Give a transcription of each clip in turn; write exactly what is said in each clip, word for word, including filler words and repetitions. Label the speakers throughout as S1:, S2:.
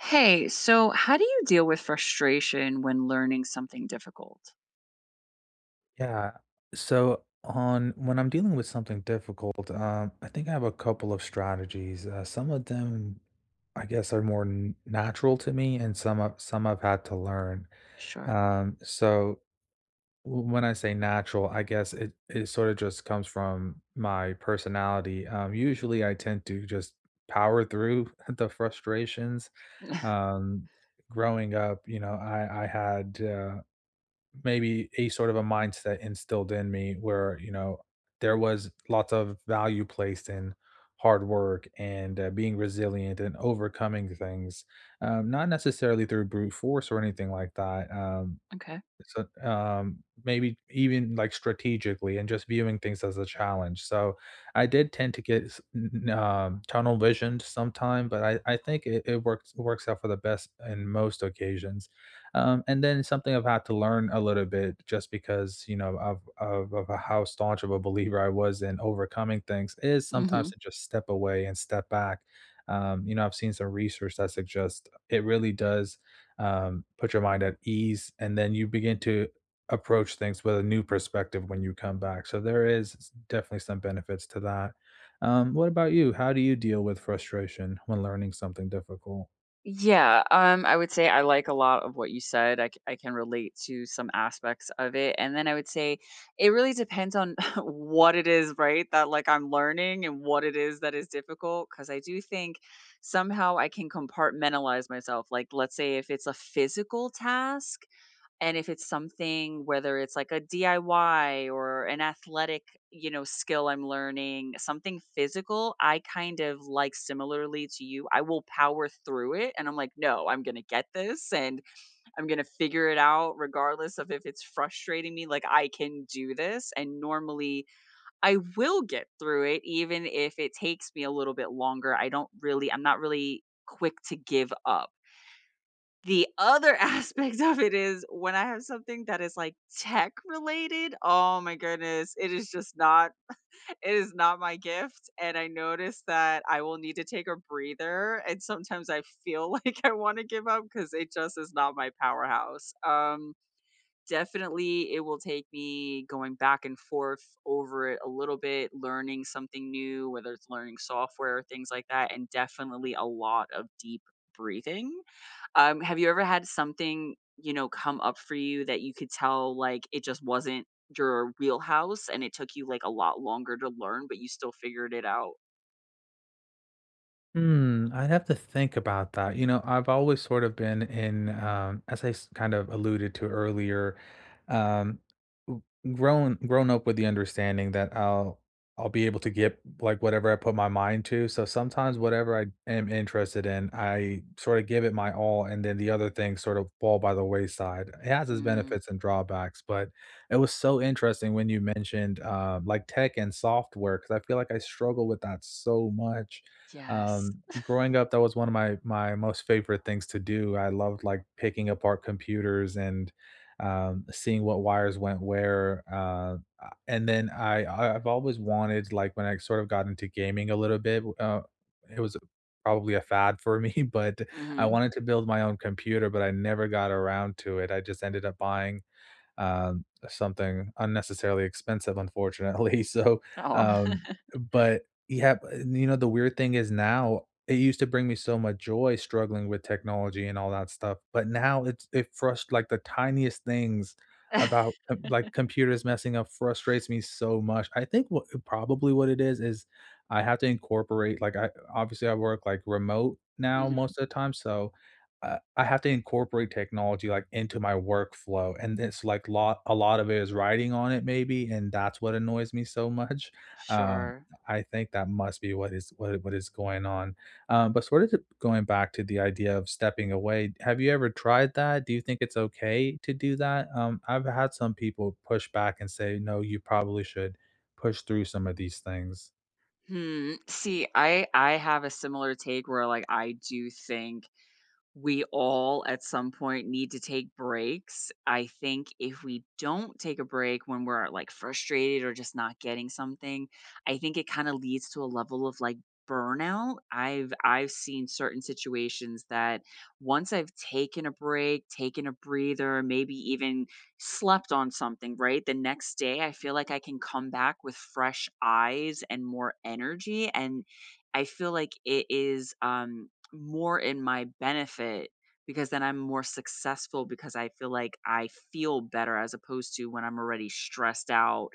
S1: Hey, so how do you deal with frustration when learning something difficult?
S2: Yeah. So on when I'm dealing with something difficult, um, I think I have a couple of strategies. Uh, some of them, I guess, are more n- natural to me, and some I've, some I've had to learn.
S1: Sure.
S2: Um, so w- when I say natural, I guess it it sort of just comes from my personality. Um, usually, I tend to just power through the frustrations. Um, Growing up, you know, I I had. Uh, maybe a sort of a mindset instilled in me where you know there was lots of value placed in hard work and uh, being resilient and overcoming things, um, not necessarily through brute force or anything like that um,
S1: Okay.
S2: so, um, maybe even, like, strategically and just viewing things as a challenge. So, I did tend to get s n n um, tunnel visioned sometime, but I I think it it works works out for the best in most occasions. Um, and then something I've had to learn a little bit just because, you know, of of of how staunch of a believer I was in overcoming things is
S1: hmm
S2: sometimes to just step away and step back. Um, you know, I've seen some research that suggests it really does, um, put your mind at ease, and then you begin to approach things with a new perspective when you come back. So there is s- definitely some benefits to that. Um, what about you? How do you deal with frustration when learning something difficult?
S1: Yeah, um, I would say I like a lot of what you said. I, c- I can relate to some aspects of it. And then I would say it really depends on what it is, right? That like I'm learning and what it is that is difficult. Cause I do think somehow I can compartmentalize myself. Like, let's say if it's a physical task. And if it's something, whether it's like a D I Y or an athletic, you know, skill I'm learning, something physical, I kind of like similarly to you, I will power through it. And I'm like, no, I'm going to get this and I'm going to figure it out, regardless of if it's frustrating me. Like, I can do this. And normally I will get through it, even if it takes me a little bit longer. I don't really, I'm not really quick to give up. The other aspect of it is when I have something that is, like, tech related, oh my goodness, it is just not it is not my gift, and I notice that I will need to take a breather, and sometimes I feel like I wanna give up because it just is not my powerhouse. Um, definitely, it will take me going back and forth over it a little bit, learning something new, whether it's learning software or things like that, and definitely a lot of deep breathing. Um, have you ever had something, you know, come up for you that you could tell, like, it just wasn't your wheelhouse and it took you, like, a lot longer to learn, but you still figured it out?
S2: Hmm, I'd have to think about that. You know, I've always sort of been in, um, as I s- kind of alluded to earlier, um, w- grown grown up with the understanding that I'll I'll be able to get like whatever I put my mind to. So sometimes whatever I am interested in, I sort of give it my all, and then the other things sort of fall by the wayside. It has its
S1: Mm,
S2: benefits and drawbacks, but it was so interesting when you mentioned, um, like, tech and software because I feel like I struggle with that so much.
S1: yes.
S2: Um, growing up, that was one of my my most favorite things to do. I loved like picking apart computers and, um, seeing what wires went where. Uh, uh, and then I I- I've always wanted like when I sort of got into gaming a little bit. Uh, it was probably a fad for me, but I
S1: Mhm.
S2: wanted to build my own computer, but I never got around to it. I just ended up buying, um, something unnecessarily expensive, unfortunately. So,
S1: Oh.
S2: um, but yeah, you know, the weird thing is now it used to bring me so much joy struggling with technology and all that stuff, but now it's it frust like the tiniest things about uh, like computers messing up frustrates me so much. I think what probably what it is is I have to incorporate like I obviously I work like remote now
S1: Mhm.
S2: most of the time, so I I have to incorporate technology, like, into my workflow, and it's, like, lot a lot of it is writing on it maybe, and that's what annoys me so much. Um,
S1: Sure.
S2: I think that must be what is what what is going on. Um, but sort of t going back to the idea of stepping away, have you ever tried that? Do you think it's okay to do that? Um, I've had some people push back and say, "No, you probably should push through some of these things."
S1: Hmm, see, I I have a similar take where, like, I do think we all at some point need to take breaks. I think if we don't take a break when we're like frustrated or just not getting something, I think it kind of leads to a level of like burnout. I've I've seen certain situations that once I've taken a break, taken a breather, maybe even slept on something, right? The next day I feel like I can come back with fresh eyes and more energy and I feel like it is um more in my benefit because then I'm more successful because I feel like I feel better as opposed to when I'm already stressed out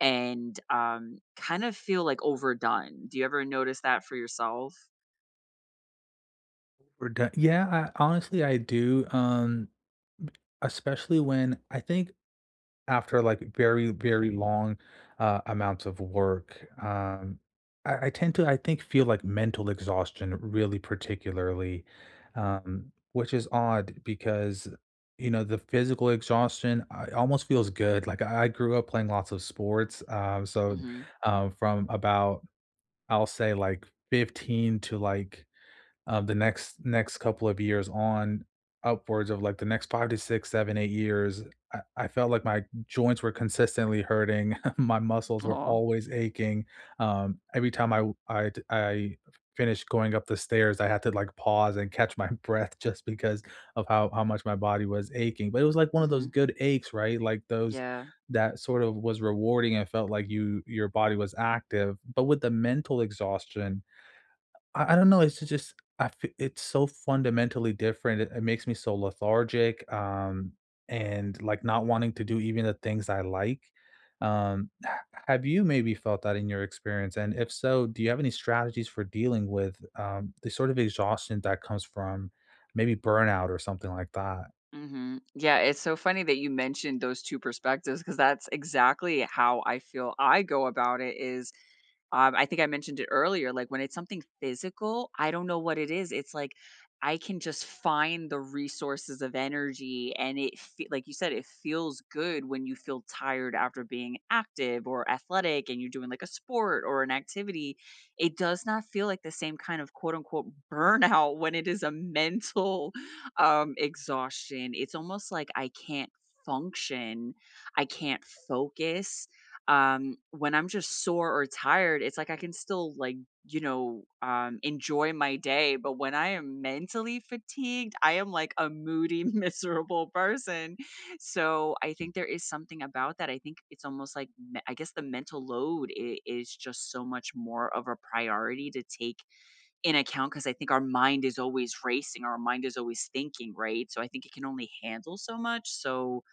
S1: and um, kind of feel like overdone. Do you ever notice that for yourself?
S2: We're do Yeah, I honestly, I do, um, especially when I think after like very very long, uh, amounts of work, um I, I tend to, I think feel like mental exhaustion really particularly, um which is odd because you know the physical exhaustion, I, almost feels good like I, I grew up playing lots of sports, um so
S1: hmm
S2: um from about, i'll say, like, fifteen to like, um, the next next couple of years on upwards of like the next five to six, seven, eight years, I I felt like my joints were consistently hurting, my muscles were
S1: Oh.
S2: always aching, um, every time I w I d I finished going up the stairs, I had to, like, pause and catch my breath just because of how how much my body was aching, but it was like one of those
S1: hmm
S2: good aches, right? Like those
S1: Yeah.
S2: that sort of was rewarding and felt like you your body was active, but with the mental exhaustion, I I don't know, it's just I F- it's so fundamentally different, it it makes me so lethargic, um, and, like, not wanting to do even the things I like. Um, ha Have you maybe felt that in your experience? And if so, do you have any strategies for dealing with, um, the sort of exhaustion that comes from maybe burnout or something like that?
S1: Hmm yeah, it's so funny that you mentioned those two perspectives because that's exactly how I feel I go about it. Is Um, I think I mentioned it earlier, like when it's something physical, I don't know what it is. It's like I can just find the resources of energy and it fe- like you said, it feels good when you feel tired after being active or athletic and you're doing like a sport or an activity. It does not feel like the same kind of quote unquote burnout when it is a mental um exhaustion. It's almost like I can't function, I can't focus um when I'm just sore or tired. It's like I can still like, you know, um enjoy my day, but when I am mentally fatigued I am like a moody miserable person. So I think there is something about that. I think it's almost like me- i guess the mental load i- is just so much more of a priority to take in account, because I think our mind is always racing, our mind is always thinking, right? So I think it can only handle so much. So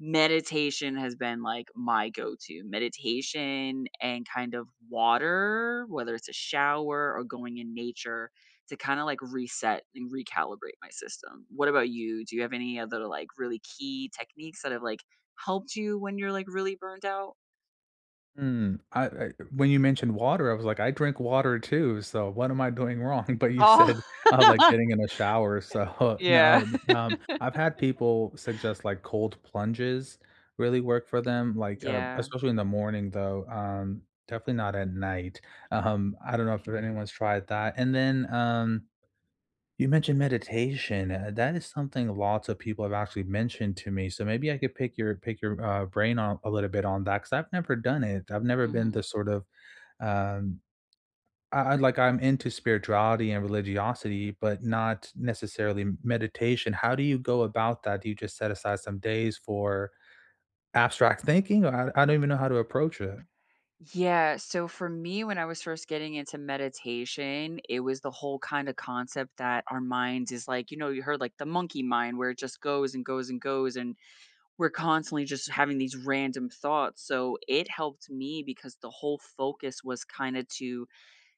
S1: meditation has been, like, my go-to. Meditation and kind of water, whether it's a shower or going in nature to kinda, like, reset and recalibrate my system. What about you? Do you have any other, like, really key techniques that have, like, helped you when you're, like, really burnt out?
S2: Mm, I I When you mentioned water, I was like, "I drink water too, so what am I doing wrong?" But you
S1: Oh,
S2: said, uh, like, getting in a shower, so
S1: yeah.
S2: no, um, I've had people suggest, like, cold plunges really work for them, like, uh,
S1: Yeah,
S2: especially in the morning, though, um, definitely not at night, um, I don't know if anyone's tried that, and then, um you mentioned meditation. Uh, that is something lots of people have actually mentioned to me. So maybe I could pick your pick your, uh, brain on a little bit on that because I've never done it. I've never been
S1: mhm.
S2: the sort of, um, I, I- like, I'm into spirituality and religiosity, but not necessarily m- meditation. How do you go about that? Do you just set aside some days for abstract thinking? Or I, I don't even know how to approach it.
S1: Yeah, so for me, when I was first getting into meditation, it was the whole kind of concept that our minds is like, you know, you heard like the monkey mind where it just goes and goes and goes, and we're constantly just having these random thoughts. So it helped me because the whole focus was kind of to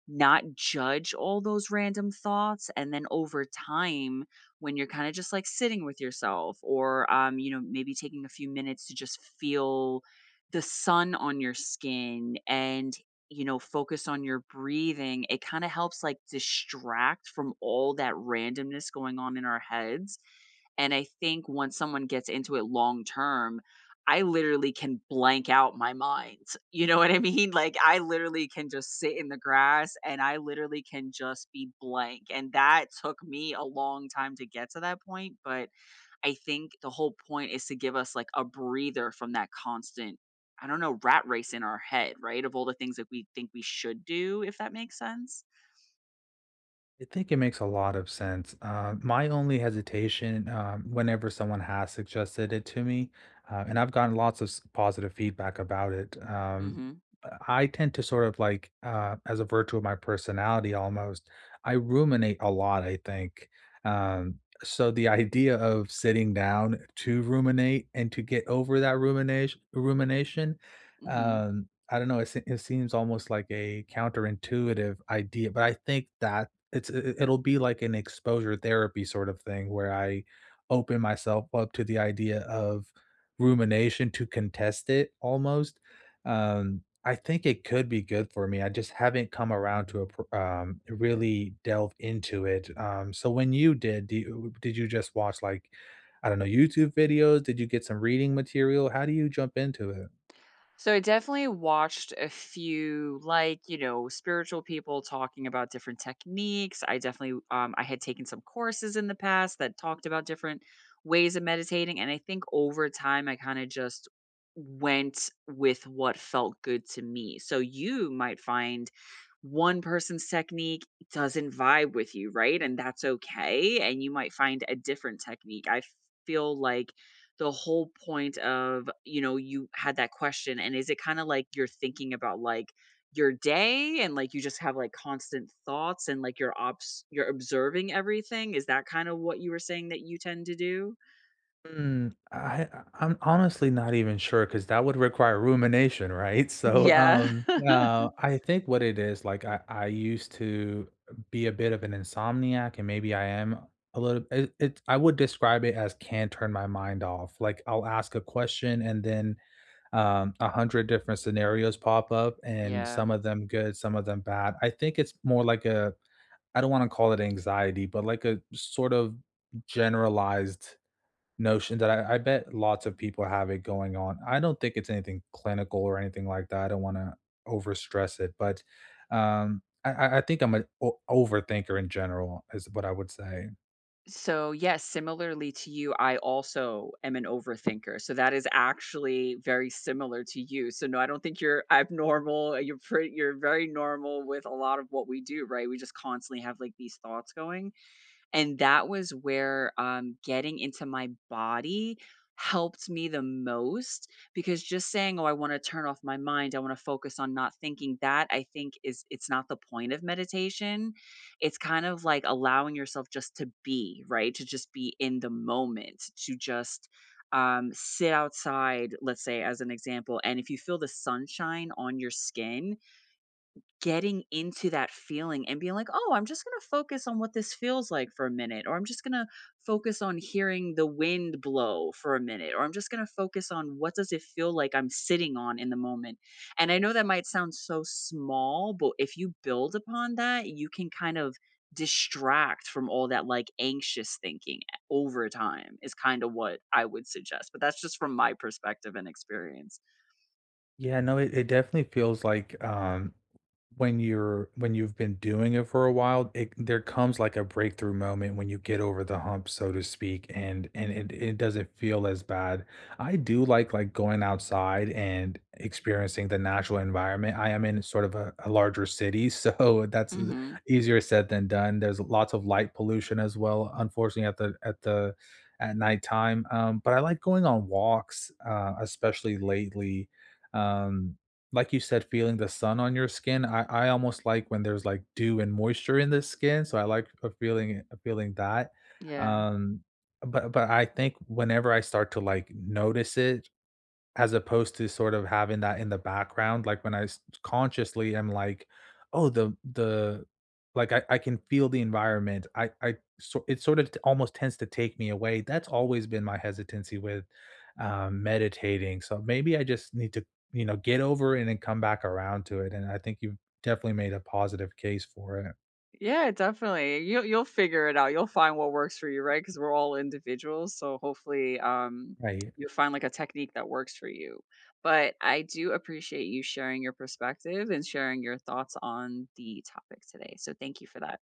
S1: not judge all those random thoughts. And then over time, when you're kind of just like sitting with yourself, or, um, you know, maybe taking a few minutes to just feel the sun on your skin and, you know, focus on your breathing, it kind of helps like distract from all that randomness going on in our heads. And I think once someone gets into it long term, I literally can blank out my mind. You know what I mean? Like I literally can just sit in the grass and I literally can just be blank. And that took me a long time to get to that point, but I think the whole point is to give us like a breather from that constant, I don't know, rat race in our head, right? Of all the things that we think we should do, if that makes sense.
S2: I think it makes a lot of sense. Uh, my only hesitation, um, whenever someone has suggested it to me, uh, and I've gotten lots of s- positive feedback about it, um,
S1: Mhm.
S2: I tend to sort of like, uh, as a virtue of my personality almost, I ruminate a lot, I think. Um, so the idea of sitting down to ruminate and to get over that rumination, rumination,
S1: Mhm.
S2: um, I don't know, it, se- it seems almost like a counterintuitive idea, but I think that it's it it'll be like an exposure therapy sort of thing where I open myself up to the idea of rumination to contest it almost. Um, I think it could be good for me. I just haven't come around to a pr um, really delve into it. Um, so when you did, do you did you just watch, like, I don't know, YouTube videos? Did you get some reading material? How do you jump into it?
S1: So I definitely watched a few, like, you know, spiritual people talking about different techniques. I definitely um I had taken some courses in the past that talked about different ways of meditating, and I think over time I kind of just went with what felt good to me. So you might find one person's technique doesn't vibe with you, right? And that's okay. And you might find a different technique. I feel like the whole point of, you know, you had that question, and is it kind of like you're thinking about like your day and like you just have like constant thoughts and like you're obs- you're observing everything? Is that kind of what you were saying that you tend to do?
S2: Mm, I I'm honestly not even sure, cause that would require rumination, right? So,
S1: Yeah.
S2: um, uh, I think what it is, like, I I used to be a bit of an insomniac, and maybe I am a little it it I would describe it as "can turn my mind off." Like, I'll ask a question, and then, um, a hundred different scenarios pop up, and
S1: Yeah.
S2: some of them good, some of them bad. I think it's more like a, I don't wanna call it anxiety, but like a sort of generalized notion that I, I bet lots of people have it going on. I don't think it's anything clinical or anything like that. I don't want to over stress it, but, um, I, I I think I'm an o- overthinker in general, is what I would say.
S1: So, yes, similarly to you, I also am an overthinker. So that is actually very similar to you. So no, I don't think you're abnormal. You're pretty, you're very normal with a lot of what we do, right? We just constantly have like these thoughts going. And that was where, um, getting into my body helped me the most, because just saying, "Oh, I wanna turn off my mind, I wanna focus on not thinking," that I think is, it's not the point of meditation. It's kind of like allowing yourself just to be, right? To just be in the moment, to just, um, sit outside, let's say, as an example, and if you feel the sunshine on your skin, getting into that feeling and being like, "Oh, I'm just gonna focus on what this feels like for a minute," or, "I'm just gonna focus on hearing the wind blow for a minute," or, "I'm just gonna focus on what does it feel like I'm sitting on in the moment." And I know that might sound so small, but if you build upon that, you can kind of distract from all that, like, anxious thinking over time, is kinda what I would suggest, but that's just from my perspective and experience.
S2: Yeah, no, it, it definitely feels like, um when you're when you've been doing it for a while, it there comes like a breakthrough moment when you get over the hump, so to speak, and and it, it doesn't feel as bad. I do like like going outside and experiencing the natural environment. I am in sort of a, a larger city, so that's e,
S1: Mhm,
S2: easier said than done. There's lots of light pollution as well, unfortunately, at the at the at nighttime. Um, but I like going on walks, uh, especially lately, um, like you said, feeling the sun on your skin, I I almost like when there's, like, dew and moisture in the skin, so I like a feeling a feeling that,
S1: yeah.
S2: um, but but I think whenever I start to, like, notice it as opposed to sort of having that in the background, like, when I s consciously am like, "Oh, the the" like, I I can feel the environment. I I So it sort of t almost tends to take me away. That's always been my hesitancy with, um, meditating, so maybe I just need to, you know, get over it and then come back around to it, and I think you've definitely made a positive case for it.
S1: Yeah, definitely. You you'll figure it out. You'll find what works for you, right? Because 'Cause we're all individuals, so hopefully, um,
S2: Right.
S1: you'll find, like, a technique that works for you. But I do appreciate you sharing your perspective and sharing your thoughts on the topic today, so thank you for that.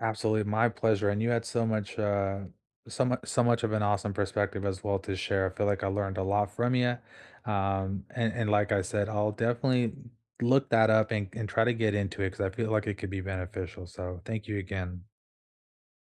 S2: Absolutely, my pleasure, and you had so much, uh, so much, so much of an awesome perspective as well to share. I feel like I learned a lot from you, um, and and like I said, I'll definitely look that up and and try to get into it because I feel like it could be beneficial. So thank you again.